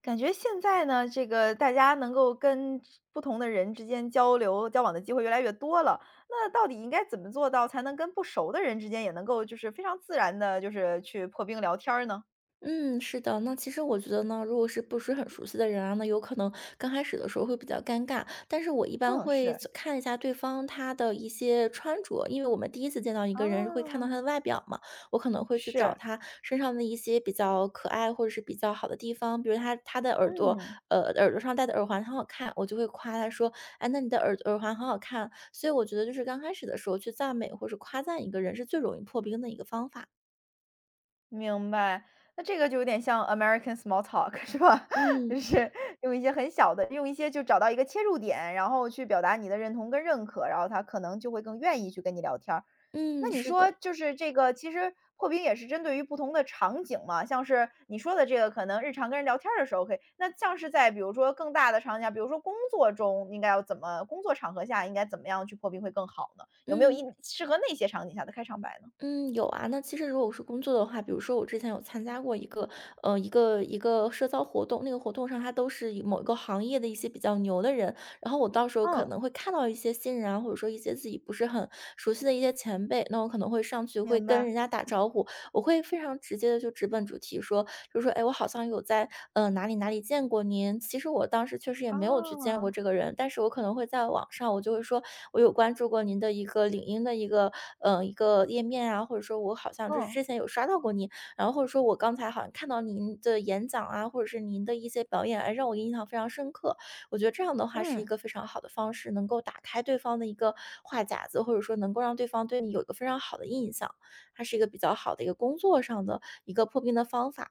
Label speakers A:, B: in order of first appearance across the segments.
A: 感觉现在呢，这个大家能够跟不同的人之间交流交往的机会越来越多了。那到底应该怎么做到，才能跟不熟的人之间也能够就是非常自然的，就是去破冰聊天儿呢？
B: 嗯，是的，那其实我觉得呢，如果是不是很熟悉的人啊，那有可能刚开始的时候会比较尴尬。但是我一般
A: 嗯，
B: 会
A: 是，
B: 走看一下对方他的一些穿着，因为我们第一次见到一个人会看到
A: 啊，
B: 他的外表嘛，我可能会去找
A: 是，
B: 他身上的一些比较可爱或者是比较好的地方，比如他的耳朵，
A: 嗯。
B: 耳朵上戴的耳环很好看，我就会夸他说，哎，那你的耳环很好看。所以我觉得就是刚开始的时候去赞美或者夸赞一个人是最容易破冰的一个方法。
A: 明白，那这个就有点像 American small talk 是吧？就
B: 嗯
A: 是用一些很小的，用一些就找到一个切入点，然后去表达你的认同跟认可，然后他可能就会更愿意去跟你聊天儿。那
B: 嗯，
A: 你
B: 是
A: 说
B: 的，
A: 就是这个，其实破冰也是针对于不同的场景嘛，像是你说的这个，可能日常跟人聊天儿的时候可以，那像是在比如说更大的场景下，比如说工作中应该要怎么，工作场合下应该怎么样去破冰会更好呢？有没有一
B: 嗯。
A: 适合那些场景下的开场白呢？
B: 嗯，有啊。那其实如果是工作的话，比如说我之前有参加过一个，一个社交活动，那个活动上他都是以某一个行业的一些比较牛的人，然后我到时候可
A: 嗯，
B: 能会看到一些新人啊，或者说一些自己不是很熟悉的一些前辈，那我可能会上去会
A: 明
B: 跟
A: 白。
B: 人家打招呼，我会非常直接的就直奔主题说，就说："哎，我好像有在哪里见过您。"其实我当时确实也没有去见过
A: 啊，
B: 这个人，但是我可能会在网上，我就会说我有关注过您的一个领英的一个页面啊，或者说我好像就是
A: 嗯。
B: 之前有刷到过您，然后或者说我刚才好像看到您的演讲啊，或者是您的一些表演，哎，让我印象非常深刻。我觉得这样的话是一
A: 嗯，
B: 个非常好的方式，能够打开对方的一个话匣子，或者说能够让对方对你有一个非常好的印象，它是一个比较好的一个工作上的一个破冰的方法。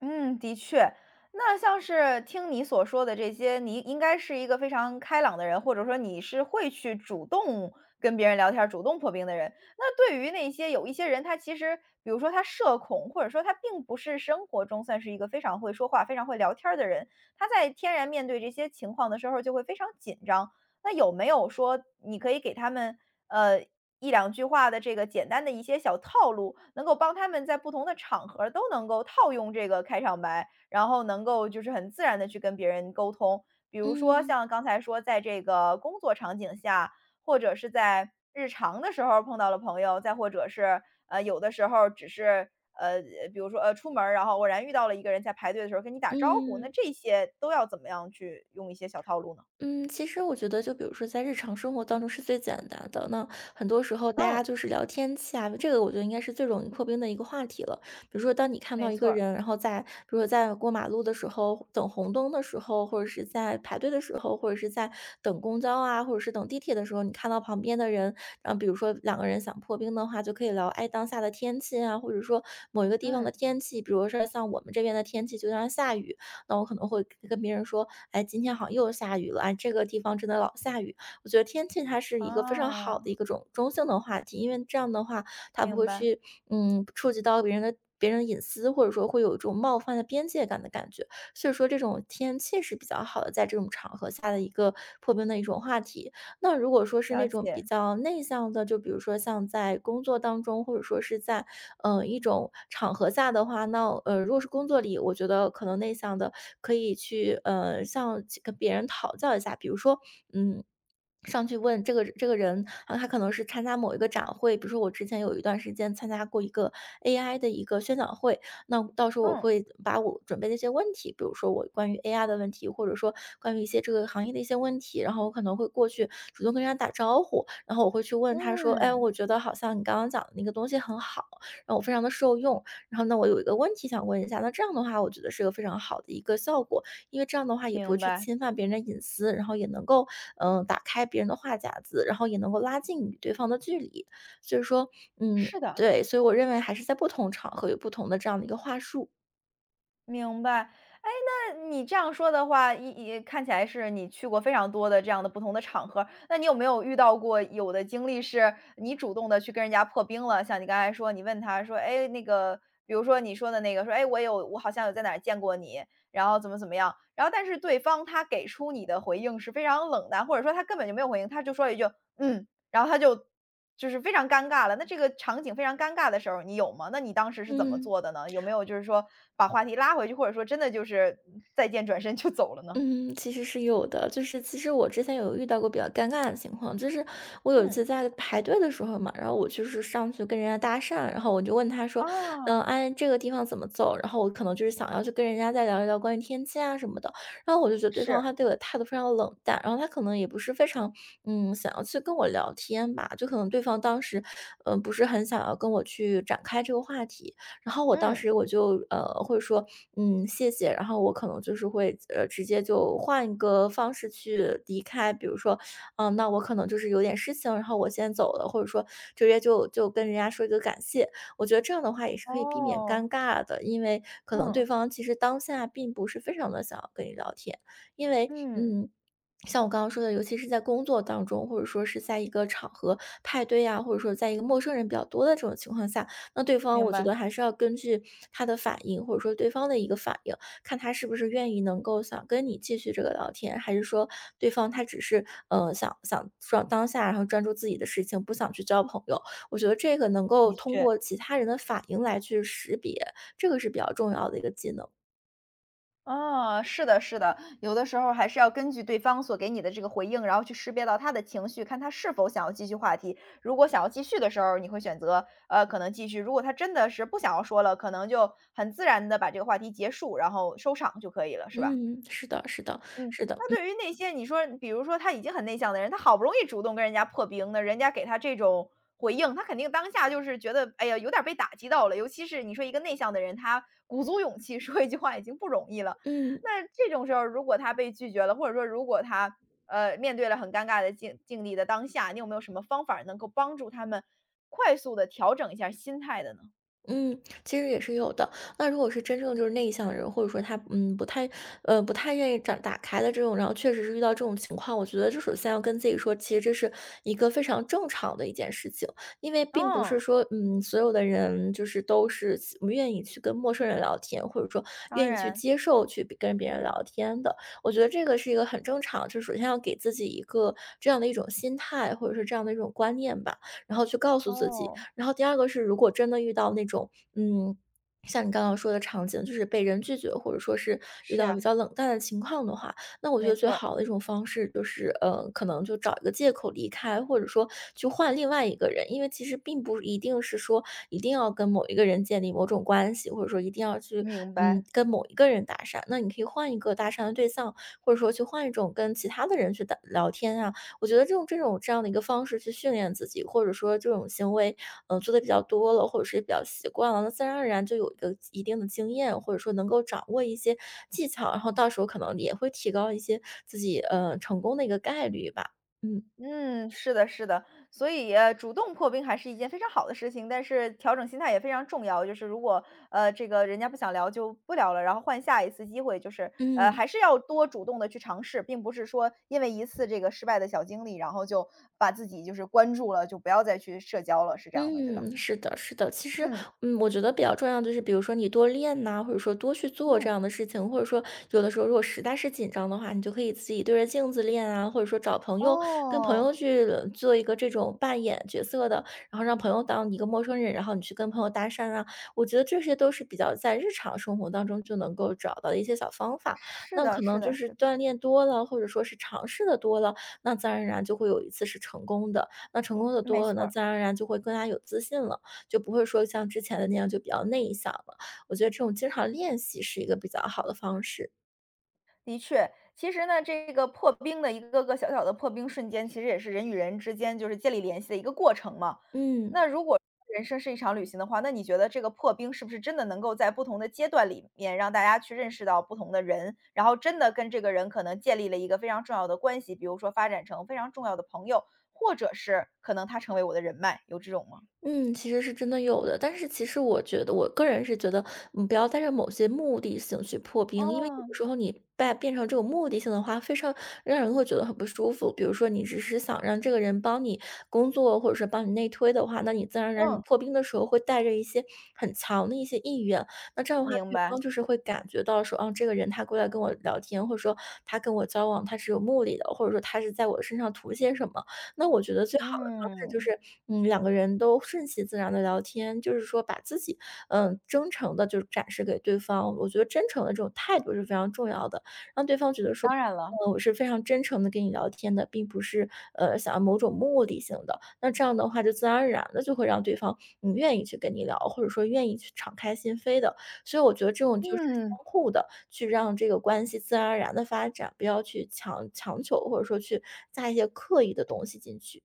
A: 嗯，的确。那像是听你所说的这些，你应该是一个非常开朗的人，或者说你是会去主动跟别人聊天儿、主动破冰的人。那对于那些有一些人，他其实比如说他社恐，或者说他并不是生活中算是一个非常会说话、非常会聊天儿的人，他在天然面对这些情况的时候就会非常紧张。那有没有说你可以给他们，呃，一两句话的这个简单的一些小套路，能够帮他们在不同的场合儿都能够套用这个开场白，然后能够就是很自然的去跟别人沟通。比如说
B: 嗯
A: 像刚才说在这个工作场景下，或者是在日常的时候碰到了朋友，再或者是，有的时候只是，呃，比如说，出门儿，然后偶然遇到了一个人在排队的时候跟你打招呼，那
B: 嗯
A: 这些都要怎么样去用一些小套路呢？
B: 嗯，其实我觉得，就比如说在日常生活当中是最简单的。那很多时候大
A: 嗯，
B: 家就是聊天气啊，这个我觉得应该是最容易破冰的一个话题了。比如说，当你看到
A: 没
B: 一
A: 错
B: 个
A: 儿。
B: 人，然后在比如说在过马路的时候、等红灯的时候，或者是在排队的时候，或者是在等公交啊，或者是等地铁的时候，你看到旁边的人，然后比如说两个人想破冰的话，就可以聊哎当下的天气啊，或者说某一个地方的
A: 嗯，
B: 天气，比如说像我们这边的天气就像下雨，那我可能会跟别人说，哎，今天好像又下雨了，哎，这个地方真的老下雨。我觉得天气它是一个非常好
A: 啊，
B: 的一个种中性的话题，因为这样的话，它不
A: 明
B: 会
A: 白，
B: 去触及到别人的。别人的隐私，或者说会有一种冒犯的边界感的感觉，所以说这种天气是比较好的，在这种场合下的一个破冰的一种话题。那如果说是
A: 了
B: 那种比
A: 解，
B: 较内向的，就比如说像在工作当中，或者说是在一种场合下的话，那如果是工作里，我觉得可能内向的可以去向其跟别人讨教一下，比如说嗯。上去问这个人啊，他可能是参加某一个展会，比如说我之前有一段时间参加过一个 AI 的一个宣讲会，那到时候我
A: 嗯，
B: 会把我准备的一些问题，比如说我关于 AI 的问题，或者说关于一些这个行业的一些问题，然后我可能会过去主动跟人家打招呼，然后我会去问他说："哎，
A: 嗯，
B: 我觉得好像你刚刚讲的那个东西很好，然后我非常的受用。然后呢，我有一个问题想问一下，那这样的话，我觉得是个非常好的一个效果，因为这样的话也不会
A: 明
B: 去
A: 白，
B: 侵犯别人的隐私，然后也能够打开别人的话匣子，然后也能够拉近与对方的距离。所以说，嗯，
A: 是的，
B: 对，所以我认为还是在不同场合有不同的这样的一个话术。
A: 明白。哎，那你这样说的话，一看起来是你去过非常多的这样的不同的场合，那你有没有遇到过有的经历是你主动的去跟人家破冰了？像你刚才说，你问他说：“哎，那个”比如说你说的那个，说：“哎，我有我好像有在哪儿见过你，然后怎么怎么样。”然后但是对方他给出你的回应是非常冷淡，或者说他根本就没有回应，他就说一句：“嗯。”然后他就就是非常尴尬了，那这个场景非常尴尬的时候，你有吗？那你当时是怎么
B: 嗯，
A: 做的呢？有没有就是说把话题拉回去，或者说真的就是再见转身就走了呢？
B: 嗯，其实是有的。就是其实我之前有遇到过比较尴尬的情况，就是我有一
A: 嗯，
B: 次在排队的时候嘛，然后我就是上去跟人家搭讪，然后我就问他说：
A: 啊，
B: 哎，这个地方怎么走？"然后我可能就是想要去跟人家再聊一聊关于天气啊什么的，然后我就觉得对方
A: 是，
B: 他对我的态度非常冷淡，然后他可能也不是非常，想要去跟我聊天吧，就可能对方当时，不是很想要跟我去展开这个话题。然后我当
A: 嗯
B: 时我就会说，嗯，谢谢。然后我可能就是会直接就换一个方式去离开，比如说，那我可能就是有点事情，然后我先走了，或者说直接就跟人家说一个感谢。我觉得这样的话也是可以避免
A: 哦，
B: 尴尬的，因为可能对
A: 嗯，
B: 方其实当下并不是非常的想要跟你聊天，因为
A: 嗯，
B: 嗯。像我刚刚说的，尤其是在工作当中，或者说是在一个场合派对啊，或者说在一个陌生人比较多的这种情况下，那对方
A: 明
B: 我觉
A: 白，
B: 得还是要根据他的反应，或者说对方的一个反应，看他是不是愿意能够想跟你继续这个聊天，还是说对方他只是想专当下，然后专注自己的事情，不想去交朋友。我觉得这个能够
A: 的
B: 通
A: 确。
B: 过其他人的反应来去识别，这个是比较重要的一个技能。
A: 哦，是的，是的，有的时候还是要根据对方所给你的这个回应，然后去识别到他的情绪，看他是否想要继续话题。如果想要继续的时候，你会选择可能继续；如果他真的是不想要说了，可能就很自然的把这个话题结束，然后收场就可以了，是吧？
B: 嗯，是的，是的，
A: 嗯，
B: 是的，
A: 那对于那些你说比如说他已经很内向的人，他好不容易主动跟人家破冰的，人家给他这种回应，他肯定当下就是觉得，哎呀，有点儿被打击到了。尤其是你说一个内向的人，他鼓足勇气 说一句话已经不容易了。
B: 嗯。
A: 那这种时候，如果他被拒绝了，或者说如果他面对了很尴尬的境地的当下，你有没有什么方法能够帮助他们快速的调整一下心态的呢？
B: 嗯，其实也是有的。那如果是真正就是内向的人，或者说他不太不太愿意展打开的这种，然后确实是遇到这种情况，我觉得就首先要跟自己说，其实这是一个非常正常的一件事情，因为并不是
A: 嗯，
B: 说所有的人就是都是喜愿意去跟陌生人聊天，或者说
A: 当
B: 愿意去
A: 然，
B: 接受去跟别人聊天的。我觉得这个是一个很正常，就是首先要给自己一个这样的一种心态，或者是这样的一种观念吧，然后去告诉自己。
A: 哦，
B: 然后第二个是，如果真的遇到那种，嗯，像你刚刚说的场景，就是被人拒绝，或者说是遇
A: 是
B: 到比
A: 啊，
B: 较冷淡的情况的话，那我觉
A: 没
B: 得最
A: 错儿，
B: 好的一种方式就是，可能就找一个借口离开，或者说去换另外一个人，因为其实并不一定是说一定要跟某一个人建立某种关系，或者说一定要去，
A: 明白。
B: 跟某一个人搭讪，那你可以换一个搭讪的对象，或者说去换一种跟其他的人去搭聊天啊，我觉得这种这样的一个方式去训练自己，或者说这种行为，嗯，做的比较多了，或者是比较习惯了，那自然而然就有一个一定的经验，或者说能够掌握一些技巧，然后到时候可能也会提高一些自己，成功的一个概率吧。嗯。
A: 嗯，是的，是的，所以主动破冰还是一件非常好的事情，但是调整心态也非常重要。就是如果这个人家不想聊就不聊了，然后换下一次机会，就是
B: 嗯。
A: 还是要多主动的去尝试，并不是说因为一次这个失败的小经历，然后就把自己就是关注了，就不要再去社交了，是这样的，对吧？
B: 嗯，是的，是的。其实，
A: 嗯
B: 我觉得比较重要的就是，比如说你多练呐、或者说多去做这
A: 嗯，
B: 样的事情，或者说有的时候如果实在是紧张的话，你就可以自己对着镜子练啊，或者说找朋友跟朋
A: 哦，
B: 友去做一个这种扮演角色的，然后让朋友当一个陌生人，然后你去跟朋友搭讪啊。我觉得这些都是比较在日常生活当中就能够找到的一些小方法。
A: 是
B: 那
A: 的，
B: 可
A: 是
B: 能就
A: 的，
B: 是
A: 是的，
B: 锻炼多了，或者说是尝试的多了，那自然而然就会有一次是成功的。那成功的
A: 没
B: 多了那
A: 错
B: 自然而然就会更加有自信了，就不会说像之前的那样就比较内向了。我觉得这种经常练习是一个比较好的方式。
A: 的确，其实呢，这个破冰的一个个小小的破冰瞬间，其实也是人与人之间就是建立联系的一个过程嘛。那
B: 嗯。
A: 如果人生是一场旅行的话，那你觉得这个破冰是不是真的能够在不同的阶段里面让大家去认识到不同的人，然后真的跟这个人可能建立了一个非常重要的关系，比如说发展成非常重要的朋友，或者是可能他成为我的人脉，有这种吗？
B: 嗯，其实是真的有的，但是其实我觉得，我个人是觉得，不要带着某些目的性去破冰，因为有
A: 哦，
B: 的时候你带变成这种目的性的话，非常让人会觉得很不舒服。比如说，你只是想让这个人帮你工作，或者是帮你内推的话，那你自然而然你
A: 嗯，
B: 破冰的时候会带着一些很强的一些意愿，那这样的话，
A: 明
B: 对
A: 白，
B: 方就是会感觉到说，啊，这个人他过来跟我聊天，或者说他跟我交往，他是有目的的，或者说他是在我身上图些什么。那我觉得最好的方式就
A: 嗯，
B: 是，两个人都顺其自然的聊天，就是说把自己，真诚的就是展示给对方。我觉得真诚的这种态度是非常重要的，让对方觉得说，
A: 当然了，
B: 我是非常真诚的跟你聊天的，并不是，想要某种目的性的。那这样的话就自然而然的就会让对方，愿意去跟你聊，或者说愿意去敞开心扉的。所以我觉得这种就是
A: 嗯。
B: 相互的，去让这个关系自然而然的发展，不要去强求，或者说去加一些刻意的东西进去。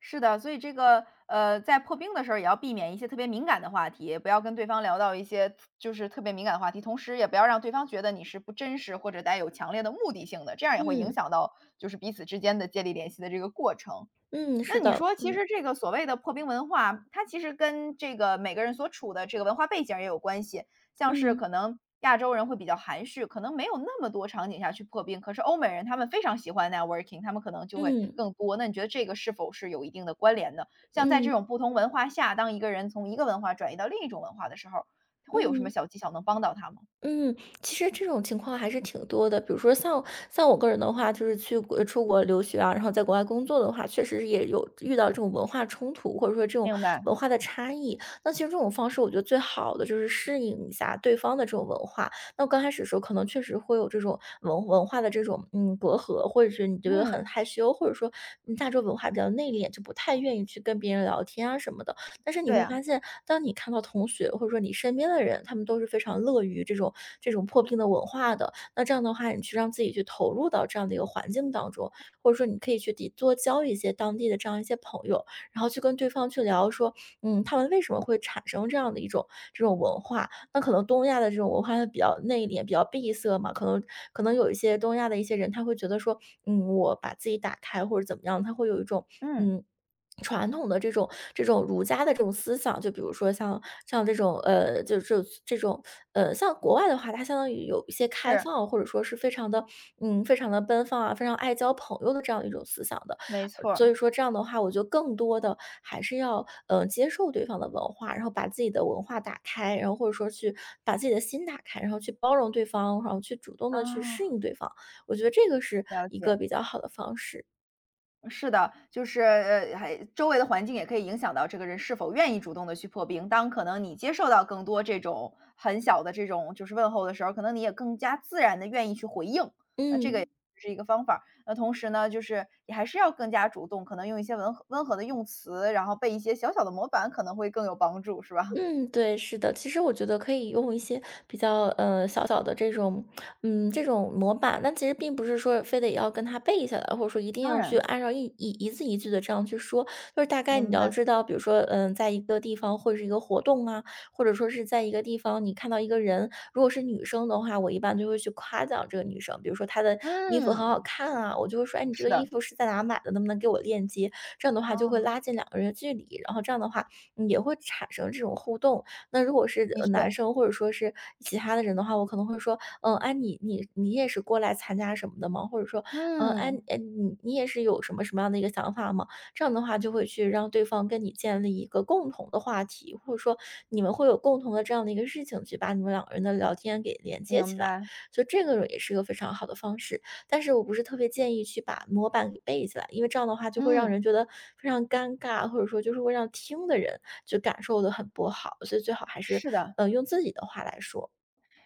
A: 是的，所以这个在破冰的时候也要避免一些特别敏感的话题，不要跟对方聊到一些就是特别敏感的话题，同时也不要让对方觉得你是不真实或者带有强烈的目的性的，这样也会影
B: 嗯，
A: 响到就是彼此之间的建立联系的这个过程。
B: 嗯，是
A: 那你
B: 的，
A: 说其实这个所谓的破冰文化，它其实跟这个每个人所处的这个文化背景儿也有关系。像是
B: 嗯，
A: 可能亚洲人会比较含蓄，可能没有那么多场景下去破冰，可是欧美人他们非常喜欢 networking，他们可能就会
B: 嗯，
A: 更多。那你觉得这个是否是有一定的关联的？像在这
B: 嗯，
A: 种不同文化下，当一个人从一个文化转移到另一种文化的时候，会有什么
B: 嗯。
A: 小技巧能帮到他吗？
B: 嗯，其实这种情况还是挺多的。比如说像我个人的话，就是出国留学啊，然后在国外工作的话，确实是也有遇到这种文化冲突，或者说这种
A: 明白，
B: 文化的差异。那其实这种方式，我觉得最好的就是适应一下对方的这种文化。那刚开始的时候，可能确实会有这种文化的这种隔阂，或者是你觉得很
A: 嗯，
B: 害羞，或者说亚洲文化比较内敛，就不太愿意去跟别人聊天啊什么的。但是你
A: 对
B: 会
A: 啊，
B: 发现，当你看到同学或者说你身边的人，他们都是非常乐于这种破冰的文化的，那这样的话，你去让自己去投入到这样的一个环境当中，或者说你可以去地多交一些当地的这样一些朋友，然后去跟对方去聊说，他们为什么会产生这样的一种这种文化？那可能东亚的这种文化它比较内敛，比较闭塞嘛，可能有一些东亚的一些人，他会觉得说，我把自己打开或者怎么样，他会有一种
A: 嗯，
B: 嗯。传统的这种儒家的这种思想，就比如说像这种像国外的话，它相当于有一些开
A: 是，
B: 放，或者说是非常的非常的奔放啊，非常爱交朋友的这样一种思想的。
A: 没错儿，
B: 所以说这样的话，我觉得更多的还是要接受对方的文化，然后把自己的文化打开，然后或者说去把自己的心打开，然后去包容对方，然后去主动的去适
A: 啊，
B: 应对方。我觉得这个是
A: 了
B: 一个
A: 解。
B: 比较好的方式。
A: 是的，就是还周围的环境也可以影响到这个人是否愿意主动的去破冰。当可能你接受到更多这种很小的这种就是问候的时候，可能你也更加自然的愿意去回应，
B: 嗯。
A: 这是一个方法儿那同时呢，就是你还是要更加主动，可能用一些温和的用词，然后背一些小小的模板，可能会更有帮助，是吧？
B: 嗯，对，是的。其实我觉得可以用一些比较小小的这种，这种模板。但其实并不是说非得要跟他背下来，或者说一定
A: 当
B: 要去
A: 然，
B: 按照一字一句的这样去说。就是大概你
A: 明
B: 要
A: 白。
B: 知道，比如说，在一个地方或者是一个活动啊，或者说是在一个地方你看到一个人，如果是女生的话，我一般就会去夸奖这个女生，比如说她的衣服很
A: 嗯，
B: 好看啊，我就会说，哎，你这
A: 是
B: 个衣
A: 的，
B: 服是在哪买的？能不能给我链接？这样的话就会
A: 啊，
B: 拉近两个人的距离，然后这样的话也会产生这种互动。那如果是
A: 的确，
B: 男生或者说是其他的人的话，我可能会说，嗯，哎，你也是过来参加什么的吗？或者说，嗯，哎，
A: 嗯，
B: 你也是有什么什么样的一个想法吗？这样的话就会去让对方跟你建立一个共同的话题，或者说你们会有共同的这样的一个事情去把你们两个人的聊天给连接
A: 明
B: 起来。
A: 白，
B: 所以这个也是一个非常好的方式。但是我不是特别建议去把模板给背起来，因为这样的话就会让
A: 嗯，
B: 人觉得非常尴尬，或者说就是会让听的人就感受的很不好，所以最好还是，
A: 是的。
B: 用自己的话来说。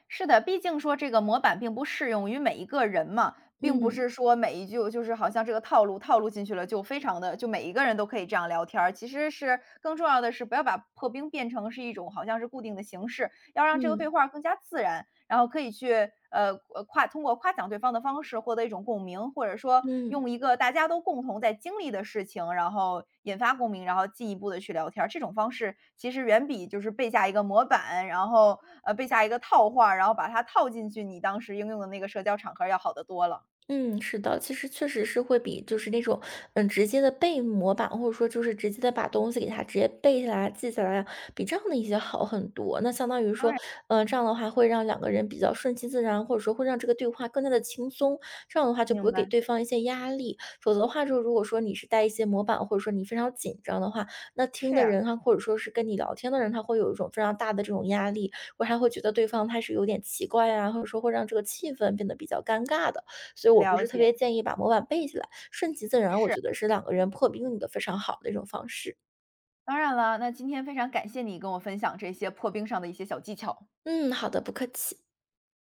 A: 是的，毕竟说这个模板并不适用于每一个人嘛，并不是
B: 嗯，
A: 说每一句就是好像这个套路套路进去了，就非常的就每一个人都可以这样聊天儿。其实是更重要的是，不要把破冰变成是一种好像是固定的形式，要让这个对
B: 嗯，
A: 话更加自然。然后可以去呃呃夸通过夸奖对方的方式获得一种共鸣，或者说
B: 嗯。
A: 用一个大家都共同在经历的事情，然后引发共鸣，然后进一步的去聊天儿。这种方式其实远比就是背下一个模板，然后背下一个套话儿然后把它套进去你当时应用的那个社交场合要好得多了。
B: 嗯，是的，其实确实是会比就是那种，直接的背模板，或者说就是直接的把东西给它直接背下来、记下来，比这样的一些好很多。那相当于
A: 当
B: 说，
A: 然，
B: 这样的话会让两个人比较顺其自然，或者说会让这个对话更加的轻松。这样的话就不
A: 明
B: 会给
A: 白，
B: 对方一些压力。否则的话，就如果说你是带一些模板，或者说你非常紧张的话，那听
A: 是
B: 的
A: 呀，
B: 人他或者说是跟你聊天的人，他会有一种非常大的这种压力，或者他会觉得对方他是有点奇怪啊，或者说会让这个气氛变得比较尴尬的。所以我不
A: 了
B: 是特
A: 解，
B: 别建议把模板背起来，顺其自然，我
A: 是。
B: 觉得是两个人破冰的非常好的一种方式。
A: 当然了，那今天非常感谢你跟我分享这些破冰上的一些小技巧。
B: 嗯，好的，不客气。